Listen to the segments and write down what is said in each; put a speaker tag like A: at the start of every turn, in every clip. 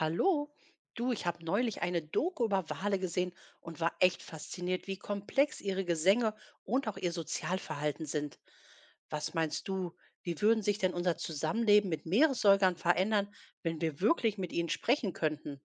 A: Hallo, du, ich habe neulich eine Doku über Wale gesehen und war echt fasziniert, wie komplex ihre Gesänge und auch ihr Sozialverhalten sind. Was meinst du, wie würden sich denn unser Zusammenleben mit Meeressäugern verändern, wenn wir wirklich mit ihnen sprechen könnten?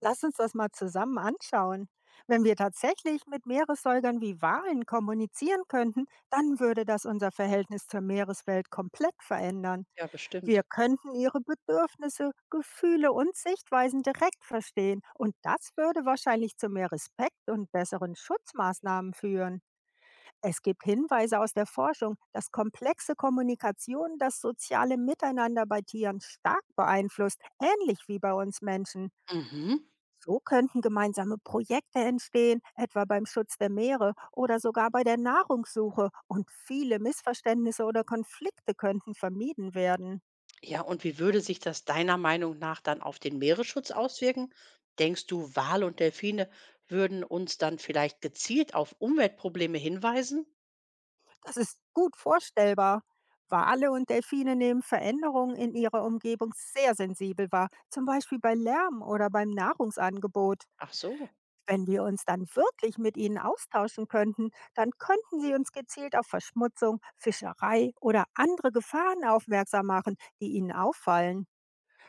B: Lass uns das mal zusammen anschauen. Wenn wir tatsächlich mit Meeressäugern wie Walen kommunizieren könnten, dann würde das unser Verhältnis zur Meereswelt komplett verändern.
A: Ja,
B: Wir
A: bestimmt.
B: könnten ihre Bedürfnisse, Gefühle und Sichtweisen direkt verstehen und das würde wahrscheinlich zu mehr Respekt und besseren Schutzmaßnahmen führen. Es gibt Hinweise aus der Forschung, dass komplexe Kommunikation das soziale Miteinander bei Tieren stark beeinflusst, ähnlich wie bei uns Menschen.
A: Mhm.
B: So könnten gemeinsame Projekte entstehen, etwa beim Schutz der Meere oder sogar bei der Nahrungssuche. Und viele Missverständnisse oder Konflikte könnten vermieden werden.
A: Ja, und wie würde sich das deiner Meinung nach dann auf den Meeresschutz auswirken? Denkst du, Wale und Delfine würden uns dann vielleicht gezielt auf Umweltprobleme hinweisen?
B: Das ist gut vorstellbar. Wale und Delfine nehmen Veränderungen in ihrer Umgebung sehr sensibel wahr, zum Beispiel bei Lärm oder beim Nahrungsangebot.
A: Ach so.
B: Wenn wir uns dann wirklich mit ihnen austauschen könnten, dann könnten sie uns gezielt auf Verschmutzung, Fischerei oder andere Gefahren aufmerksam machen, die ihnen auffallen.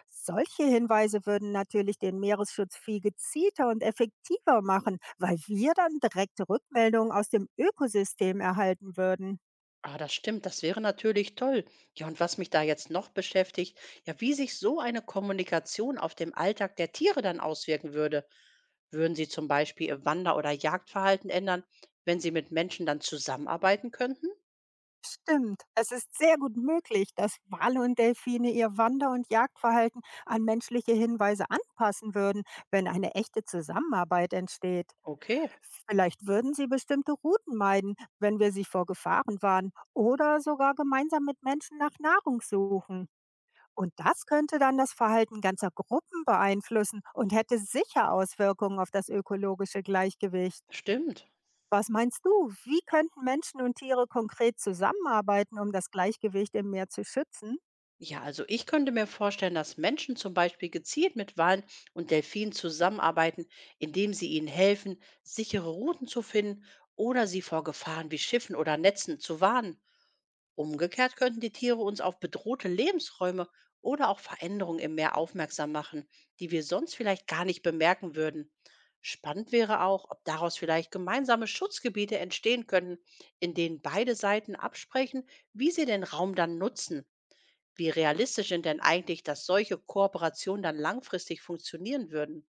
B: Solche Hinweise würden natürlich den Meeresschutz viel gezielter und effektiver machen, weil wir dann direkte Rückmeldungen aus dem Ökosystem erhalten würden.
A: Ah, das stimmt, das wäre natürlich toll. Ja, und was mich da jetzt noch beschäftigt, ja, wie sich so eine Kommunikation auf den Alltag der Tiere dann auswirken würde. Würden sie zum Beispiel ihr Wander- oder Jagdverhalten ändern, wenn sie mit Menschen dann zusammenarbeiten könnten?
B: Stimmt, es ist sehr gut möglich, dass Wale und Delfine ihr Wander- und Jagdverhalten an menschliche Hinweise anpassen würden, wenn eine echte Zusammenarbeit entsteht.
A: Okay,
B: Vielleicht würden sie bestimmte Routen meiden, wenn wir sie vor Gefahren warnen oder sogar gemeinsam mit Menschen nach Nahrung suchen. Und das könnte dann das Verhalten ganzer Gruppen beeinflussen und hätte sicher Auswirkungen auf das ökologische Gleichgewicht.
A: stimmt.
B: Was meinst du, wie könnten Menschen und Tiere konkret zusammenarbeiten, um das Gleichgewicht im Meer zu schützen?
A: Ja, also ich könnte mir vorstellen, dass Menschen zum Beispiel gezielt mit Walen und Delfinen zusammenarbeiten, indem sie ihnen helfen, sichere Routen zu finden oder sie vor Gefahren wie Schiffen oder Netzen zu warnen. Umgekehrt könnten die Tiere uns auf bedrohte Lebensräume oder auch Veränderungen im Meer aufmerksam machen, die wir sonst vielleicht gar nicht bemerken würden. Spannend wäre auch, ob daraus vielleicht gemeinsame Schutzgebiete entstehen könnten, in denen beide Seiten absprechen, wie sie den Raum dann nutzen. Wie realistisch sind denn eigentlich, dass solche Kooperationen dann langfristig funktionieren würden?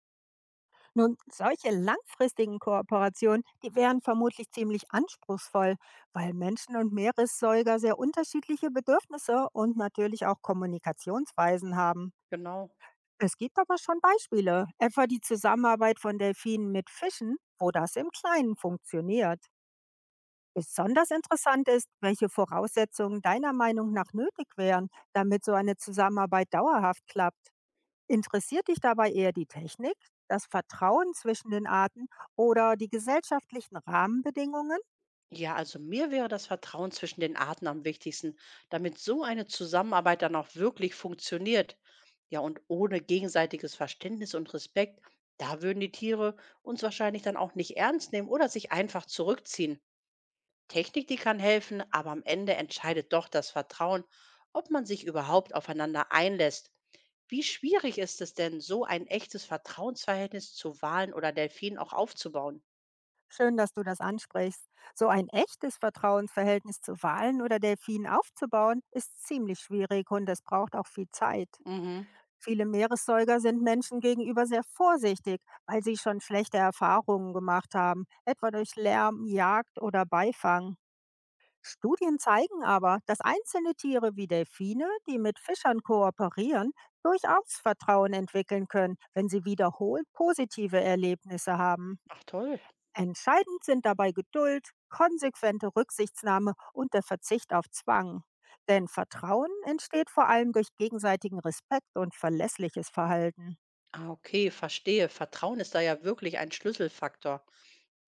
B: Nun, solche langfristigen Kooperationen, die wären vermutlich ziemlich anspruchsvoll, weil Menschen und Meeressäuger sehr unterschiedliche Bedürfnisse und natürlich auch Kommunikationsweisen haben.
A: Genau.
B: Es gibt aber schon Beispiele, etwa die Zusammenarbeit von Delfinen mit Fischen, wo das im Kleinen funktioniert. Besonders interessant ist, welche Voraussetzungen deiner Meinung nach nötig wären, damit so eine Zusammenarbeit dauerhaft klappt. Interessiert dich dabei eher die Technik, das Vertrauen zwischen den Arten oder die gesellschaftlichen Rahmenbedingungen?
A: Ja, also mir wäre das Vertrauen zwischen den Arten am wichtigsten, damit so eine Zusammenarbeit dann auch wirklich funktioniert. Ja, und ohne gegenseitiges Verständnis und Respekt, da würden die Tiere uns wahrscheinlich dann auch nicht ernst nehmen oder sich einfach zurückziehen. Technik, die kann helfen, aber am Ende entscheidet doch das Vertrauen, ob man sich überhaupt aufeinander einlässt. Wie schwierig ist es denn, so ein echtes Vertrauensverhältnis zu Walen oder Delfinen auch aufzubauen?
B: Schön, dass du das ansprichst. So ein echtes Vertrauensverhältnis zu Walen oder Delfinen aufzubauen, ist ziemlich schwierig und es braucht auch viel Zeit.
A: Mhm.
B: Viele Meeressäuger sind Menschen gegenüber sehr vorsichtig, weil sie schon schlechte Erfahrungen gemacht haben, etwa durch Lärm, Jagd oder Beifang. Studien zeigen aber, dass einzelne Tiere wie Delfine, die mit Fischern kooperieren, durchaus Vertrauen entwickeln können, wenn sie wiederholt positive Erlebnisse haben.
A: Ach toll.
B: Entscheidend sind dabei Geduld, konsequente Rücksichtnahme und der Verzicht auf Zwang. Denn Vertrauen entsteht vor allem durch gegenseitigen Respekt und verlässliches Verhalten.
A: Ah, okay, verstehe. Vertrauen ist da ja wirklich ein Schlüsselfaktor.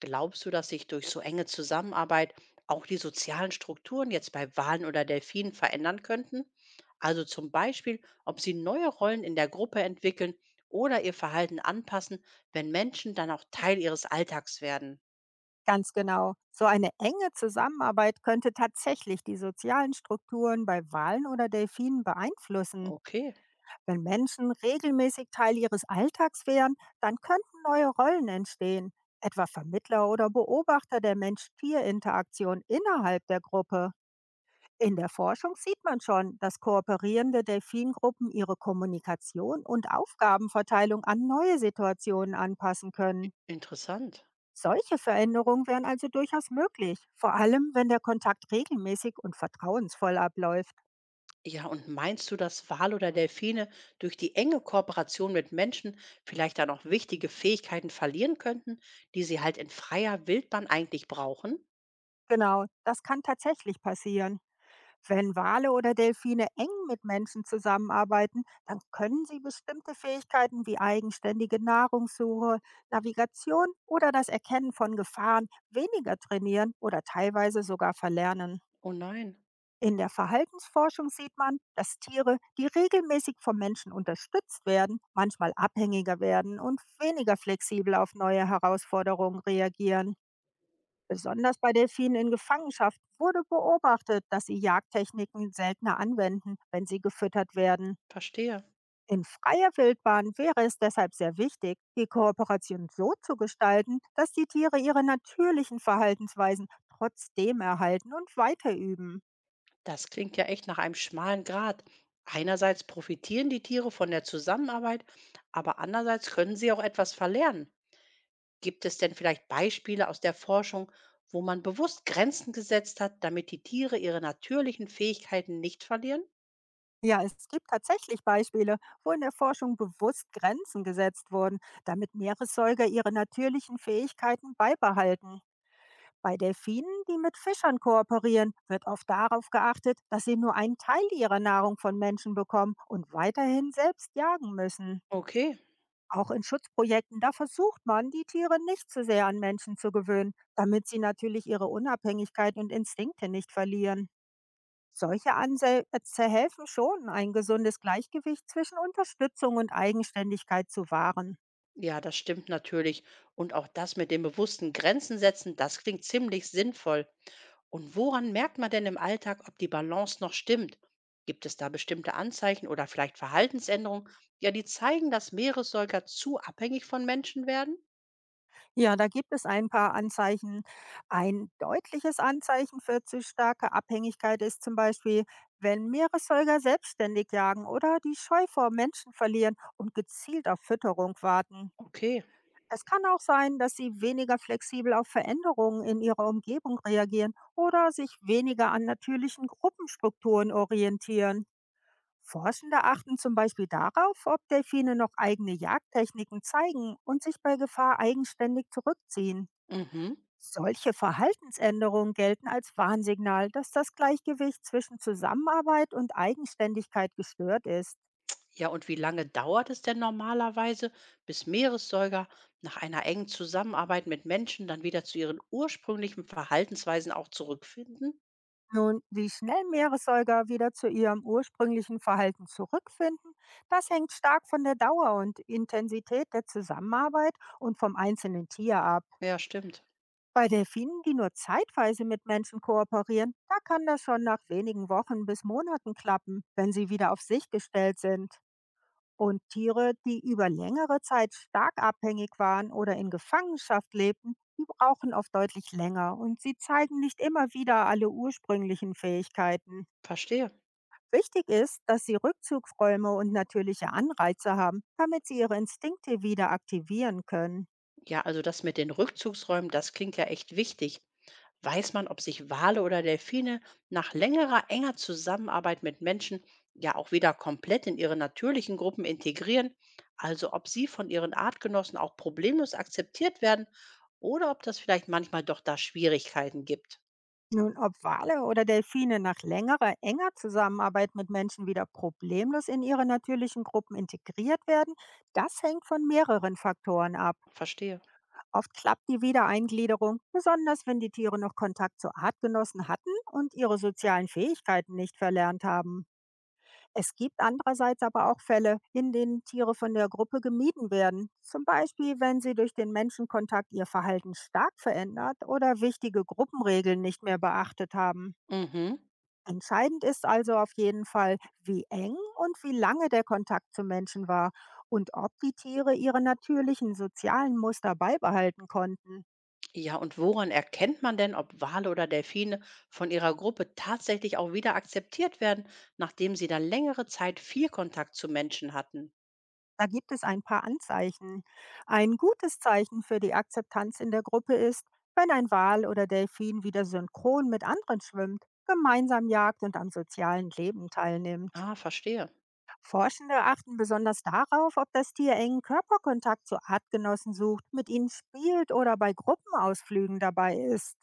A: Glaubst du, dass sich durch so enge Zusammenarbeit auch die sozialen Strukturen jetzt bei Walen oder Delfinen verändern könnten? Also zum Beispiel, ob sie neue Rollen in der Gruppe entwickeln oder ihr Verhalten anpassen, wenn Menschen dann auch Teil ihres Alltags werden.
B: Ganz genau. So eine enge Zusammenarbeit könnte tatsächlich die sozialen Strukturen bei Walen oder Delfinen beeinflussen.
A: Okay,
B: Wenn Menschen regelmäßig Teil ihres Alltags wären, dann könnten neue Rollen entstehen, etwa Vermittler oder Beobachter der Mensch-Tier-Interaktion innerhalb der Gruppe. In der Forschung sieht man schon, dass kooperierende Delfingruppen ihre Kommunikation und Aufgabenverteilung an neue Situationen anpassen können.
A: interessant.
B: Solche Veränderungen wären also durchaus möglich, vor allem wenn der Kontakt regelmäßig und vertrauensvoll abläuft.
A: Ja, und meinst du, dass Wale oder Delfine durch die enge Kooperation mit Menschen vielleicht dann auch wichtige Fähigkeiten verlieren könnten, die sie halt in freier Wildbahn eigentlich brauchen?
B: Genau, das kann tatsächlich passieren. Wenn Wale oder Delfine eng mit Menschen zusammenarbeiten, dann können sie bestimmte Fähigkeiten wie eigenständige Nahrungssuche, Navigation oder das Erkennen von Gefahren weniger trainieren oder teilweise sogar verlernen.
A: Oh nein,
B: In der Verhaltensforschung sieht man, dass Tiere, die regelmäßig vom Menschen unterstützt werden, manchmal abhängiger werden und weniger flexibel auf neue Herausforderungen reagieren. Besonders bei Delfinen in Gefangenschaft wurde beobachtet, dass sie Jagdtechniken seltener anwenden, wenn sie gefüttert werden.
A: verstehe.
B: In freier Wildbahn wäre es deshalb sehr wichtig, die Kooperation so zu gestalten, dass die Tiere ihre natürlichen Verhaltensweisen trotzdem erhalten und weiterüben.
A: Das klingt ja echt nach einem schmalen Grat. Einerseits profitieren die Tiere von der Zusammenarbeit, aber andererseits können sie auch etwas verlernen. Gibt es denn vielleicht Beispiele aus der Forschung, wo man bewusst Grenzen gesetzt hat, damit die Tiere ihre natürlichen Fähigkeiten nicht verlieren?
B: Ja, es gibt tatsächlich Beispiele, wo in der Forschung bewusst Grenzen gesetzt wurden, damit Meeressäuger ihre natürlichen Fähigkeiten beibehalten. Bei Delfinen, die mit Fischern kooperieren, wird oft darauf geachtet, dass sie nur einen Teil ihrer Nahrung von Menschen bekommen und weiterhin selbst jagen müssen.
A: Okay.
B: Auch in Schutzprojekten, da versucht man, die Tiere nicht zu sehr an Menschen zu gewöhnen, damit sie natürlich ihre Unabhängigkeit und Instinkte nicht verlieren. Solche Ansätze helfen schon, ein gesundes Gleichgewicht zwischen Unterstützung und Eigenständigkeit zu wahren.
A: Ja, das stimmt natürlich. Und auch das mit dem bewussten Grenzen setzen, das klingt ziemlich sinnvoll. Und woran merkt man denn im Alltag, ob die Balance noch stimmt? Gibt es da bestimmte Anzeichen oder vielleicht Verhaltensänderungen, ja, die zeigen, dass Meeressäuger zu abhängig von Menschen werden?
B: Ja, da gibt es ein paar Anzeichen. Ein deutliches Anzeichen für zu starke Abhängigkeit ist zum Beispiel, wenn Meeressäuger selbstständig jagen oder die Scheu vor Menschen verlieren und gezielt auf Fütterung warten.
A: Okay.
B: Es kann auch sein, dass sie weniger flexibel auf Veränderungen in ihrer Umgebung reagieren oder sich weniger an natürlichen Gruppenstrukturen orientieren. Forschende achten zum Beispiel darauf, ob Delfine noch eigene Jagdtechniken zeigen und sich bei Gefahr eigenständig zurückziehen.
A: Mhm.
B: Solche Verhaltensänderungen gelten als Warnsignal, dass das Gleichgewicht zwischen Zusammenarbeit und Eigenständigkeit gestört ist.
A: Ja, und wie lange dauert es denn normalerweise, bis Meeressäuger nach einer engen Zusammenarbeit mit Menschen dann wieder zu ihren ursprünglichen Verhaltensweisen auch zurückfinden?
B: Nun, wie schnell Meeressäuger wieder zu ihrem ursprünglichen Verhalten zurückfinden, das hängt stark von der Dauer und Intensität der Zusammenarbeit und vom einzelnen Tier ab.
A: Ja, stimmt.
B: Bei Delfinen, die nur zeitweise mit Menschen kooperieren, da kann das schon nach wenigen Wochen bis Monaten klappen, wenn sie wieder auf sich gestellt sind. Und Tiere, die über längere Zeit stark abhängig waren oder in Gefangenschaft lebten, die brauchen oft deutlich länger und sie zeigen nicht immer wieder alle ursprünglichen Fähigkeiten.
A: Verstehe.
B: Wichtig ist, dass sie Rückzugsräume und natürliche Anreize haben, damit sie ihre Instinkte wieder aktivieren können.
A: Ja, also das mit den Rückzugsräumen, das klingt ja echt wichtig. Weiß man, ob sich Wale oder Delfine nach längerer, enger Zusammenarbeit mit Menschen ja auch wieder komplett in ihre natürlichen Gruppen integrieren, also ob sie von ihren Artgenossen auch problemlos akzeptiert werden oder ob das vielleicht manchmal doch da Schwierigkeiten gibt.
B: Nun, ob Wale oder Delfine nach längerer, enger Zusammenarbeit mit Menschen wieder problemlos in ihre natürlichen Gruppen integriert werden, das hängt von mehreren Faktoren ab.
A: Verstehe.
B: Oft klappt die Wiedereingliederung, besonders wenn die Tiere noch Kontakt zu Artgenossen hatten und ihre sozialen Fähigkeiten nicht verlernt haben. Es gibt andererseits aber auch Fälle, in denen Tiere von der Gruppe gemieden werden. Zum Beispiel, wenn sie durch den Menschenkontakt ihr Verhalten stark verändert oder wichtige Gruppenregeln nicht mehr beachtet haben.
A: Mhm.
B: Entscheidend ist also auf jeden Fall, wie eng und wie lange der Kontakt zu Menschen war und ob die Tiere ihre natürlichen sozialen Muster beibehalten konnten.
A: Ja, und woran erkennt man denn, ob Wale oder Delfine von ihrer Gruppe tatsächlich auch wieder akzeptiert werden, nachdem sie dann längere Zeit viel Kontakt zu Menschen hatten?
B: Da gibt es ein paar Anzeichen. Ein gutes Zeichen für die Akzeptanz in der Gruppe ist, wenn ein Wal oder Delfin wieder synchron mit anderen schwimmt, gemeinsam jagt und am sozialen Leben teilnimmt.
A: Ah, verstehe.
B: Forschende achten besonders darauf, ob das Tier engen Körperkontakt zu Artgenossen sucht, mit ihnen spielt oder bei Gruppenausflügen dabei ist.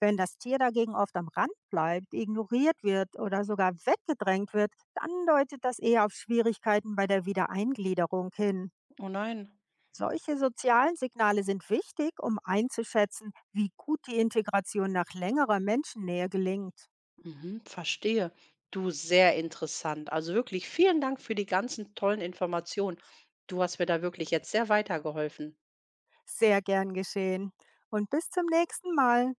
B: Wenn das Tier dagegen oft am Rand bleibt, ignoriert wird oder sogar weggedrängt wird, dann deutet das eher auf Schwierigkeiten bei der Wiedereingliederung hin.
A: Oh nein.
B: Solche sozialen Signale sind wichtig, um einzuschätzen, wie gut die Integration nach längerer Menschennähe gelingt.
A: Mhm, verstehe. Du, sehr interessant. Also wirklich vielen Dank für die ganzen tollen Informationen. Du hast mir da wirklich jetzt sehr weitergeholfen.
B: Sehr gern geschehen. Und bis zum nächsten Mal.